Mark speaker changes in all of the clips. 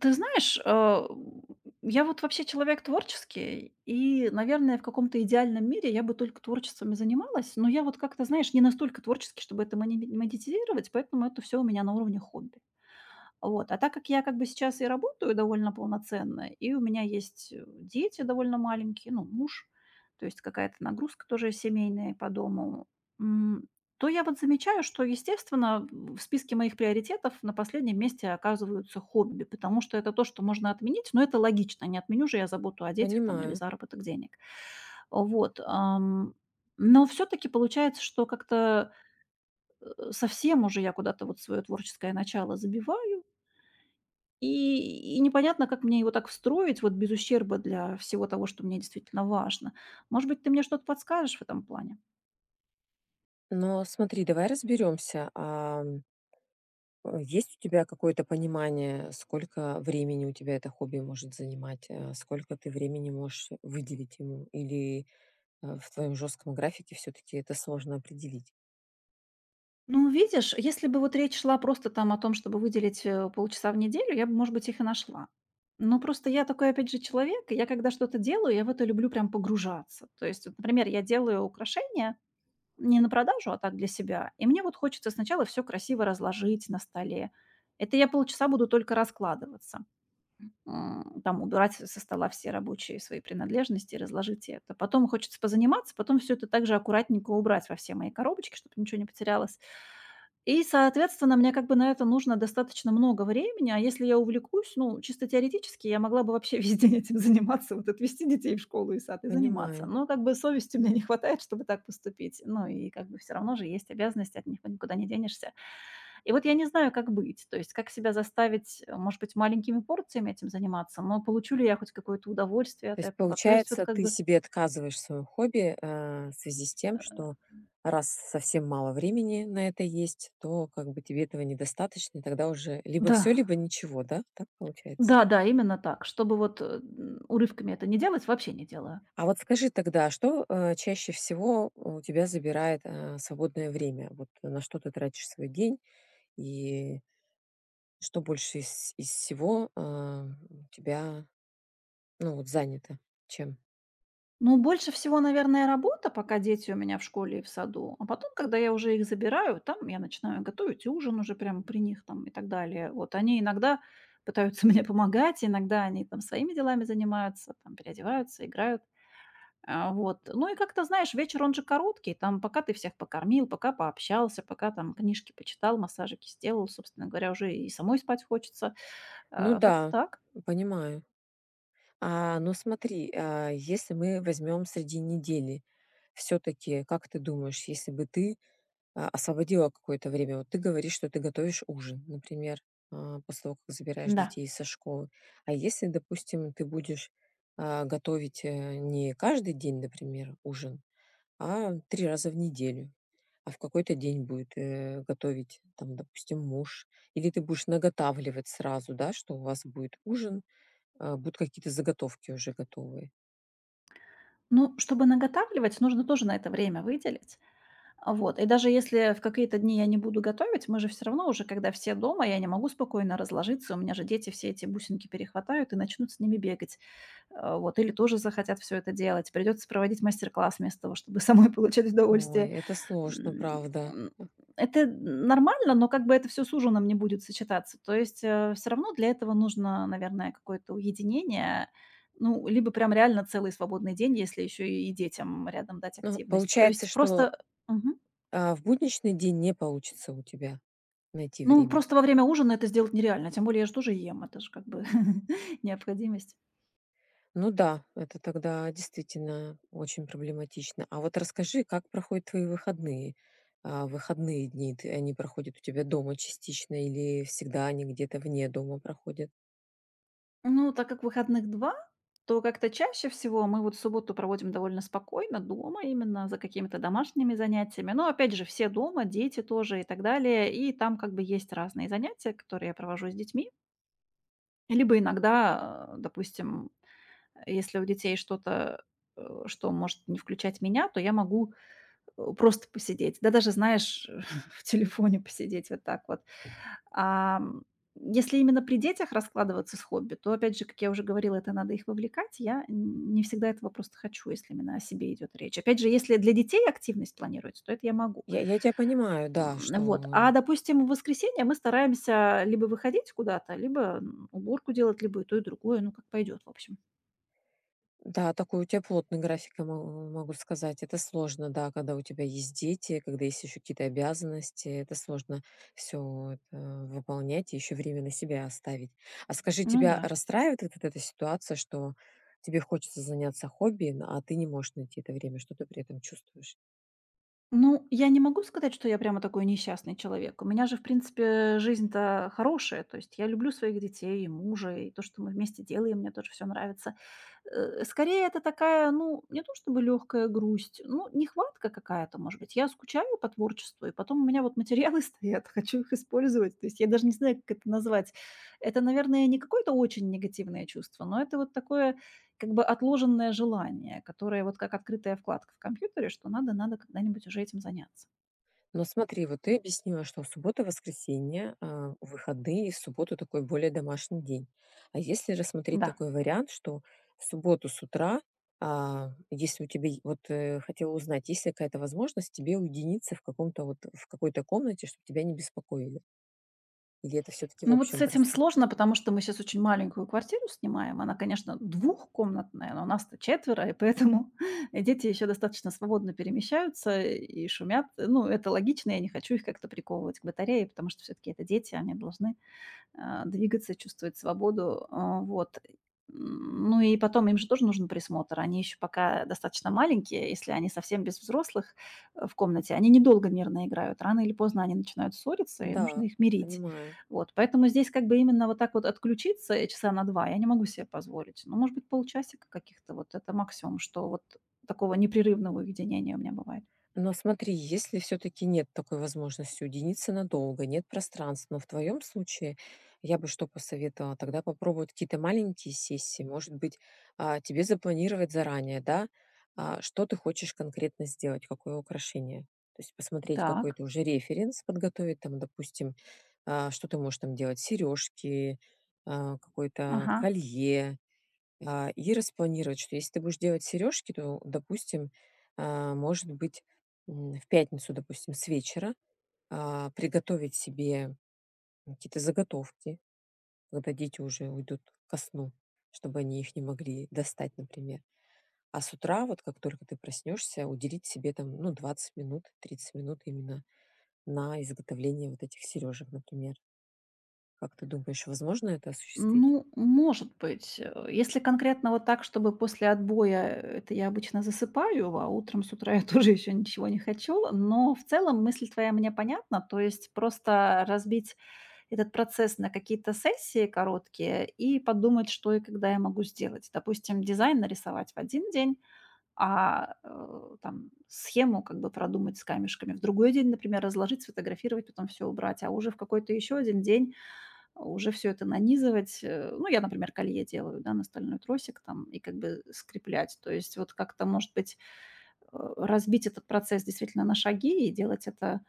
Speaker 1: Ты знаешь, я вот вообще человек творческий, и, наверное, в каком-то идеальном мире я бы только творчеством и занималась, но я вот как-то, знаешь, не настолько творческий, чтобы это монетизировать, поэтому это все у меня на уровне хобби. Вот. А так как я как бы сейчас и работаю довольно полноценно, и у меня есть дети довольно маленькие, ну, муж, то есть какая-то нагрузка тоже семейная по дому, то я вот замечаю, что, естественно, в списке моих приоритетов на последнем месте оказываются хобби, потому что это то, что можно отменить, но это логично. Не отменю же я заботу о детях там или
Speaker 2: Понимаю.
Speaker 1: заработок денег. Вот. Но все-таки получается, что как-то э, совсем уже я куда-то вот свое творческое начало забиваю, и непонятно, как мне его так встроить, вот без ущерба для всего того, что мне действительно важно. Может быть, ты мне что-то подскажешь в этом плане?
Speaker 2: Но смотри, давай разберемся. А, есть у тебя какое-то понимание, сколько времени у тебя это хобби может занимать, сколько ты времени можешь выделить ему? Или в твоем жестком графике все-таки это сложно определить?
Speaker 1: Ну, видишь, если бы вот речь шла просто там о том, чтобы выделить, полчаса в неделю, я бы, может быть, их и нашла. Но просто я такой, опять же, человек, и я когда что-то делаю, я в это люблю прям погружаться. То есть вот, например, я делаю украшения не на продажу, а так для себя, и мне вот хочется сначала все красиво разложить на столе. Это я полчаса буду только раскладываться, там убирать со стола все рабочие свои принадлежности, разложить это. Потом хочется позаниматься, потом все это также аккуратненько убрать во все мои коробочки, чтобы ничего не потерялось. И, соответственно, мне как бы на это нужно достаточно много времени, а если я увлекусь, ну, чисто теоретически я могла бы вообще весь день этим заниматься, вот отвести детей в школу и сад и заниматься.
Speaker 2: Понимаю.
Speaker 1: Но как бы совести у меня не хватает, чтобы так поступить. Ну и как бы все равно же есть обязанности, от них никуда не денешься. И вот я не знаю, как быть, то есть как себя заставить, может быть, маленькими порциями этим заниматься, но получу ли я хоть какое-то удовольствие
Speaker 2: То
Speaker 1: от
Speaker 2: есть,
Speaker 1: этого. То есть вот
Speaker 2: получается,
Speaker 1: как
Speaker 2: ты
Speaker 1: бы,
Speaker 2: себе отказываешь в своем хобби в связи с тем,
Speaker 1: э,
Speaker 2: что раз совсем мало времени на это есть, то как бы тебе этого недостаточно, и тогда уже либо все,
Speaker 1: да,
Speaker 2: либо ничего, да? Так получается?
Speaker 1: да, да, именно так, чтобы вот урывками это не делать, вообще не делаю.
Speaker 2: А вот скажи тогда, что, чаще всего у тебя забирает, а, свободное время? Вот на что ты тратишь свой день и что больше из всего, а, у тебя, ну, вот занято чем?
Speaker 1: Ну, больше всего, наверное, работа, пока дети у меня в школе и в саду. А потом, когда я уже их забираю, там я начинаю готовить ужин уже прямо при них там и так далее. Вот они иногда пытаются мне помогать, иногда они там своими делами занимаются, там переодеваются, играют. Вот. Ну и как-то, знаешь, вечер он же короткий, там пока ты всех покормил, пока пообщался, пока там книжки почитал, массажики сделал, собственно говоря, уже и самой спать хочется.
Speaker 2: Ну
Speaker 1: Как-то
Speaker 2: да,
Speaker 1: так,
Speaker 2: понимаю. А, ну смотри, а, если мы возьмем среди недели, все таки как ты думаешь, если бы ты, а, освободила какое-то время. Вот ты говоришь, что ты готовишь ужин, например, а, после того, как забираешь
Speaker 1: да.
Speaker 2: детей со школы. А если, допустим, ты будешь а, готовить не каждый день, например, ужин, а три раза в неделю, а в какой-то день будет готовить, там, допустим, муж, или ты будешь наготавливать сразу, да, что у вас будет ужин, а, будут какие-то заготовки уже готовые.
Speaker 1: Ну, чтобы наготавливать, нужно тоже на это время выделить. А вот, и даже если в какие-то дни я не буду готовить, мы же все равно уже, когда все дома, я не могу спокойно разложиться, у меня же дети все эти бусинки перехватают и начнут с ними бегать. Вот, или тоже захотят все это делать. Придется проводить мастер-класс вместо того, чтобы самой получать
Speaker 2: Ой,
Speaker 1: удовольствие.
Speaker 2: это сложно, правда.
Speaker 1: М, это нормально, но как бы это все с ужином не будет сочетаться. То есть, все равно для этого нужно, наверное, какое-то уединение. Ну, либо прям реально целый свободный день, если еще и детям рядом дать
Speaker 2: Ну,
Speaker 1: активность. То
Speaker 2: получается,
Speaker 1: есть
Speaker 2: что
Speaker 1: просто. Мгм.
Speaker 2: а, в будничный день не получится у тебя. Найти
Speaker 1: Ну,
Speaker 2: время.
Speaker 1: просто во время ужина это сделать нереально, тем более я же тоже ем, это же как бы необходимость.
Speaker 2: Ну да, это тогда действительно очень проблематично. А вот расскажи, как проходят твои выходные? А, выходные дни, ты, они проходят у тебя дома частично или всегда они где-то вне дома проходят?
Speaker 1: Ну, так как выходных 2, то как-то чаще всего мы вот субботу проводим довольно спокойно дома, именно за какими-то домашними занятиями. Но опять же, все дома, дети тоже и так далее. И там как бы есть разные занятия, которые я провожу с детьми. Либо иногда, допустим, если у детей что-то, что может не включать меня, то я могу, просто посидеть. Да даже, знаешь, в телефоне посидеть вот так вот. Ам, Если именно при детях раскладываться с хобби, то, опять же, как я уже говорила, это надо их вовлекать. Я н не всегда этого просто хочу, если именно о себе идет речь. Опять же, если для детей активность планируется, то это я могу.
Speaker 2: Я тебя понимаю, да,
Speaker 1: Вот.
Speaker 2: что
Speaker 1: Допустим, в воскресенье мы стараемся либо выходить куда-то, либо, уборку делать, либо и то, и другое, ну, как пойдет, в общем.
Speaker 2: да, такой у тебя плотный график, я мо могу сказать. Это сложно, да, когда у тебя есть дети, когда есть еще какие-то обязанности. Это сложно все выполнять и еще время на себя оставить. А скажи,
Speaker 1: Ну
Speaker 2: тебя
Speaker 1: да.
Speaker 2: расстраивает вот эта ситуация, что тебе хочется заняться хобби, н а ты не можешь найти это время? Что ты при этом чувствуешь?
Speaker 1: Ну, я не могу сказать, что я прямо такой несчастный человек. У меня же, в принципе, жизнь-то хорошая. То есть я люблю своих детей и мужа, и то, что мы вместе делаем, мне тоже все нравится. Скорее, это такая, ну, не то чтобы легкая грусть, ну, нехватка какая-то, может быть. Я скучаю по творчеству, и потом у меня вот материалы стоят, хочу их использовать. То есть я даже не знаю, как это назвать. Это, наверное, не какое-то очень негативное чувство, но это вот такое как бы отложенное желание, которое вот как открытая вкладка в компьютере, что надо, надо когда-нибудь уже этим заняться.
Speaker 2: Но смотри, вот ты объяснила, что суббота, воскресенье, а, выходные, и в субботу такой более домашний день. А если рассмотреть
Speaker 1: Да.
Speaker 2: такой вариант, что в субботу с утра, а, если у тебя, хотела узнать, есть ли какая-то возможность тебе уединиться в каком-то вот, в какой-то комнате, чтобы тебя не беспокоили? Или это все-таки в
Speaker 1: Ну, вот с
Speaker 2: общем
Speaker 1: этим
Speaker 2: пространстве?
Speaker 1: сложно, потому что мы сейчас очень маленькую квартиру снимаем. Она, конечно, двухкомнатная, но у нас-то четверо, и поэтому дети еще достаточно свободно перемещаются и шумят. Ну, это логично, я не хочу их как-то приковывать к батарее, потому что все таки это дети, они должны двигаться, чувствовать свободу. Вот. Ну и потом им же тоже нужен присмотр. Они еще пока достаточно маленькие, если они совсем без взрослых в комнате, они недолго мирно играют. Рано или поздно они начинают ссориться, и нужно
Speaker 2: Да,
Speaker 1: их мирить.
Speaker 2: понимаю.
Speaker 1: Вот. Поэтому здесь как бы именно вот так вот отключиться часа на два я не могу себе позволить. Ну, может быть, полчасика каких-то, вот это максимум, что вот такого непрерывного уединения у меня бывает.
Speaker 2: Но смотри, если все-таки нет такой возможности уединиться надолго, нет пространства, но в твоем случае я бы что посоветовала? Тогда попробовать какие-то маленькие сессии, может быть, а, тебе запланировать заранее, да, а, что ты хочешь конкретно сделать, какое украшение. То есть посмотреть
Speaker 1: Так,
Speaker 2: какой-то уже референс, подготовить там, допустим, а, что ты можешь там делать, сережки, а, какое-то
Speaker 1: ага.
Speaker 2: колье, а, и распланировать, что если ты будешь делать сережки, то, допустим, а, может быть, в пятницу, допустим, с вечера, а, приготовить себе какие-то заготовки, когда дети уже уйдут ко сну, чтобы они их не могли достать, например. А с утра, вот как только ты проснешься, уделить себе там, ну, 20 минут, 30 минут именно на изготовление вот этих сережек, например. Как ты думаешь, возможно это осуществить?
Speaker 1: Ну, может быть. Если конкретно вот так, чтобы после отбоя, это я обычно засыпаю, а утром с утра я тоже еще ничего не хочу. Но в целом мысль твоя мне понятна. То есть просто разбить этот процесс на какие-то сессии короткие и подумать, что и когда я могу сделать. Допустим, дизайн нарисовать в один день, а там схему как бы продумать с камешками в другой день, например, разложить, сфотографировать, потом все убрать, а уже в какой-то еще один день уже все это нанизывать. Ну, я, например, колье делаю, да, на стальной тросик там и как бы скреплять. То есть вот как-то, может быть, разбить этот процесс действительно на шаги и делать это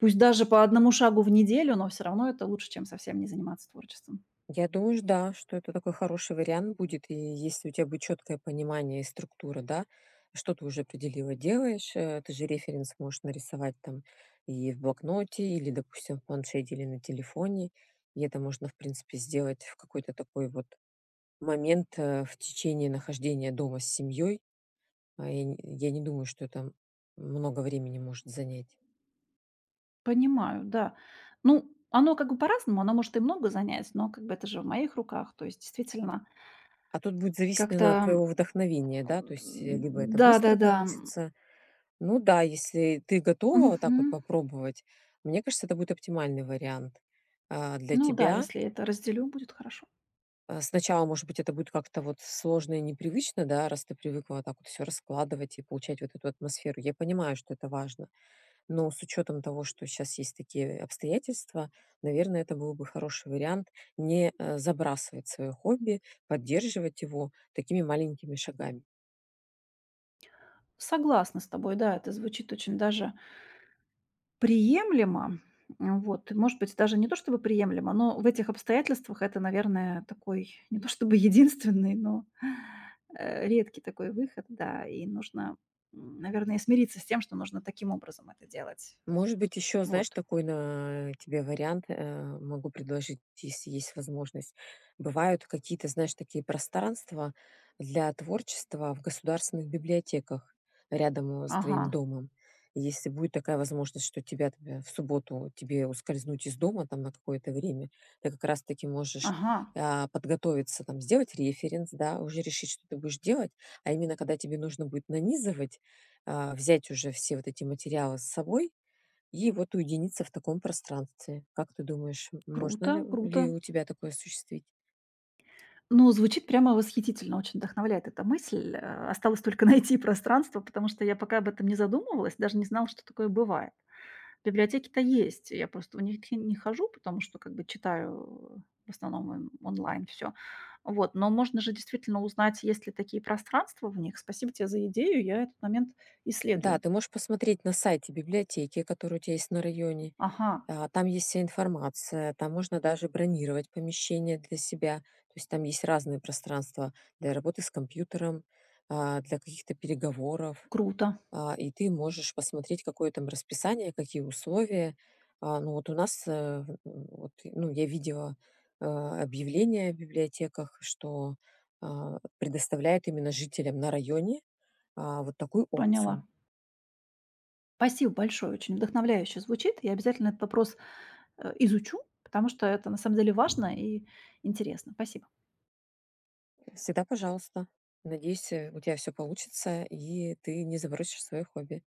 Speaker 1: пусть даже по одному шагу в неделю, но все равно это лучше, чем совсем не заниматься творчеством.
Speaker 2: Я думаю, ж да, что это такой хороший вариант будет. И если у тебя будет четкое понимание и структура, да, что ты уже определила делаешь, ты же референс можешь нарисовать там и в блокноте, или, допустим, в планшете, или на телефоне. И это можно, в принципе, сделать в какой-то такой вот момент в течение нахождения дома с семьей. А я не думаю, что это много времени может занять.
Speaker 1: Понимаю, да. Ну, оно как бы по-разному, оно может и много занять, но как бы это же в моих руках. То есть действительно
Speaker 2: А тут будет зависеть,
Speaker 1: как-то,
Speaker 2: наверное, от твоего вдохновения, да, то есть
Speaker 1: м,
Speaker 2: либо это быстро
Speaker 1: да-да-да,
Speaker 2: получится. Ну да, если ты готова вот так вот
Speaker 1: мгм.
Speaker 2: попробовать, мне кажется, это будет оптимальный вариант а, для
Speaker 1: Ну да,
Speaker 2: тебя.
Speaker 1: если это разделю, будет хорошо.
Speaker 2: А, сначала, может быть, это будет как-то вот сложно и непривычно, да, раз ты привыкла вот так вот все раскладывать и получать вот эту атмосферу. Я понимаю, что это важно, но с учетом того, что сейчас есть такие обстоятельства, наверное, это был бы хороший вариант не забрасывать свое хобби, поддерживать его такими маленькими шагами.
Speaker 1: Согласна с тобой, да, это звучит очень даже приемлемо. Вот, может быть, даже не то чтобы приемлемо, но в этих обстоятельствах это, наверное, такой не то чтобы единственный, но, редкий такой выход, да. И нужно, наверное, смириться с тем, что нужно таким образом это делать.
Speaker 2: Может быть, еще, знаешь,
Speaker 1: Вот.
Speaker 2: такой на тебе вариант могу предложить, если есть возможность. Бывают какие-то, знаешь, такие пространства для творчества в государственных библиотеках рядом с твоим
Speaker 1: Ага,
Speaker 2: домом. Если будет такая возможность, что тебя там, в субботу тебе ускользнуть из дома там на какое-то время, ты как раз-таки можешь
Speaker 1: ага,
Speaker 2: а, подготовиться, там, сделать референс, да, уже решить, что ты будешь делать, а именно когда тебе нужно будет нанизывать, а, взять уже все вот эти материалы с собой, и вот уединиться в таком пространстве. Как ты думаешь, можно ли
Speaker 1: круто,
Speaker 2: ли
Speaker 1: круто.
Speaker 2: у тебя такое осуществить?
Speaker 1: Ну, звучит прямо восхитительно, очень вдохновляет эта мысль. Осталось только найти пространство, потому что я пока об этом не задумывалась, даже не знала, что такое бывает. Библиотеки-то есть. Я просто в них не хожу, потому что как бы читаю в основном онлайн все. Вот, но можно же действительно узнать, есть ли такие пространства в них. Спасибо тебе за идею, я этот момент
Speaker 2: Да,
Speaker 1: исследую.
Speaker 2: ты можешь посмотреть на сайте библиотеки, который у тебя есть на районе.
Speaker 1: Ага,
Speaker 2: А, там есть вся информация, там можно даже бронировать помещение для себя. То есть там есть разные пространства для работы с компьютером, а, для каких-то переговоров.
Speaker 1: круто,
Speaker 2: А, и ты можешь посмотреть, какое там расписание, какие условия. А, ну, вот у нас, вот, ну, я видела объявления в библиотеках, что а, предоставляют именно жителям на районе а, вот такую
Speaker 1: поняла.
Speaker 2: опцию.
Speaker 1: Спасибо большое, очень вдохновляюще звучит. Я обязательно этот вопрос, изучу, потому что это на самом деле важно и интересно. Спасибо.
Speaker 2: Всегда пожалуйста. Надеюсь, у тебя все получится, и ты не забросишь свое хобби.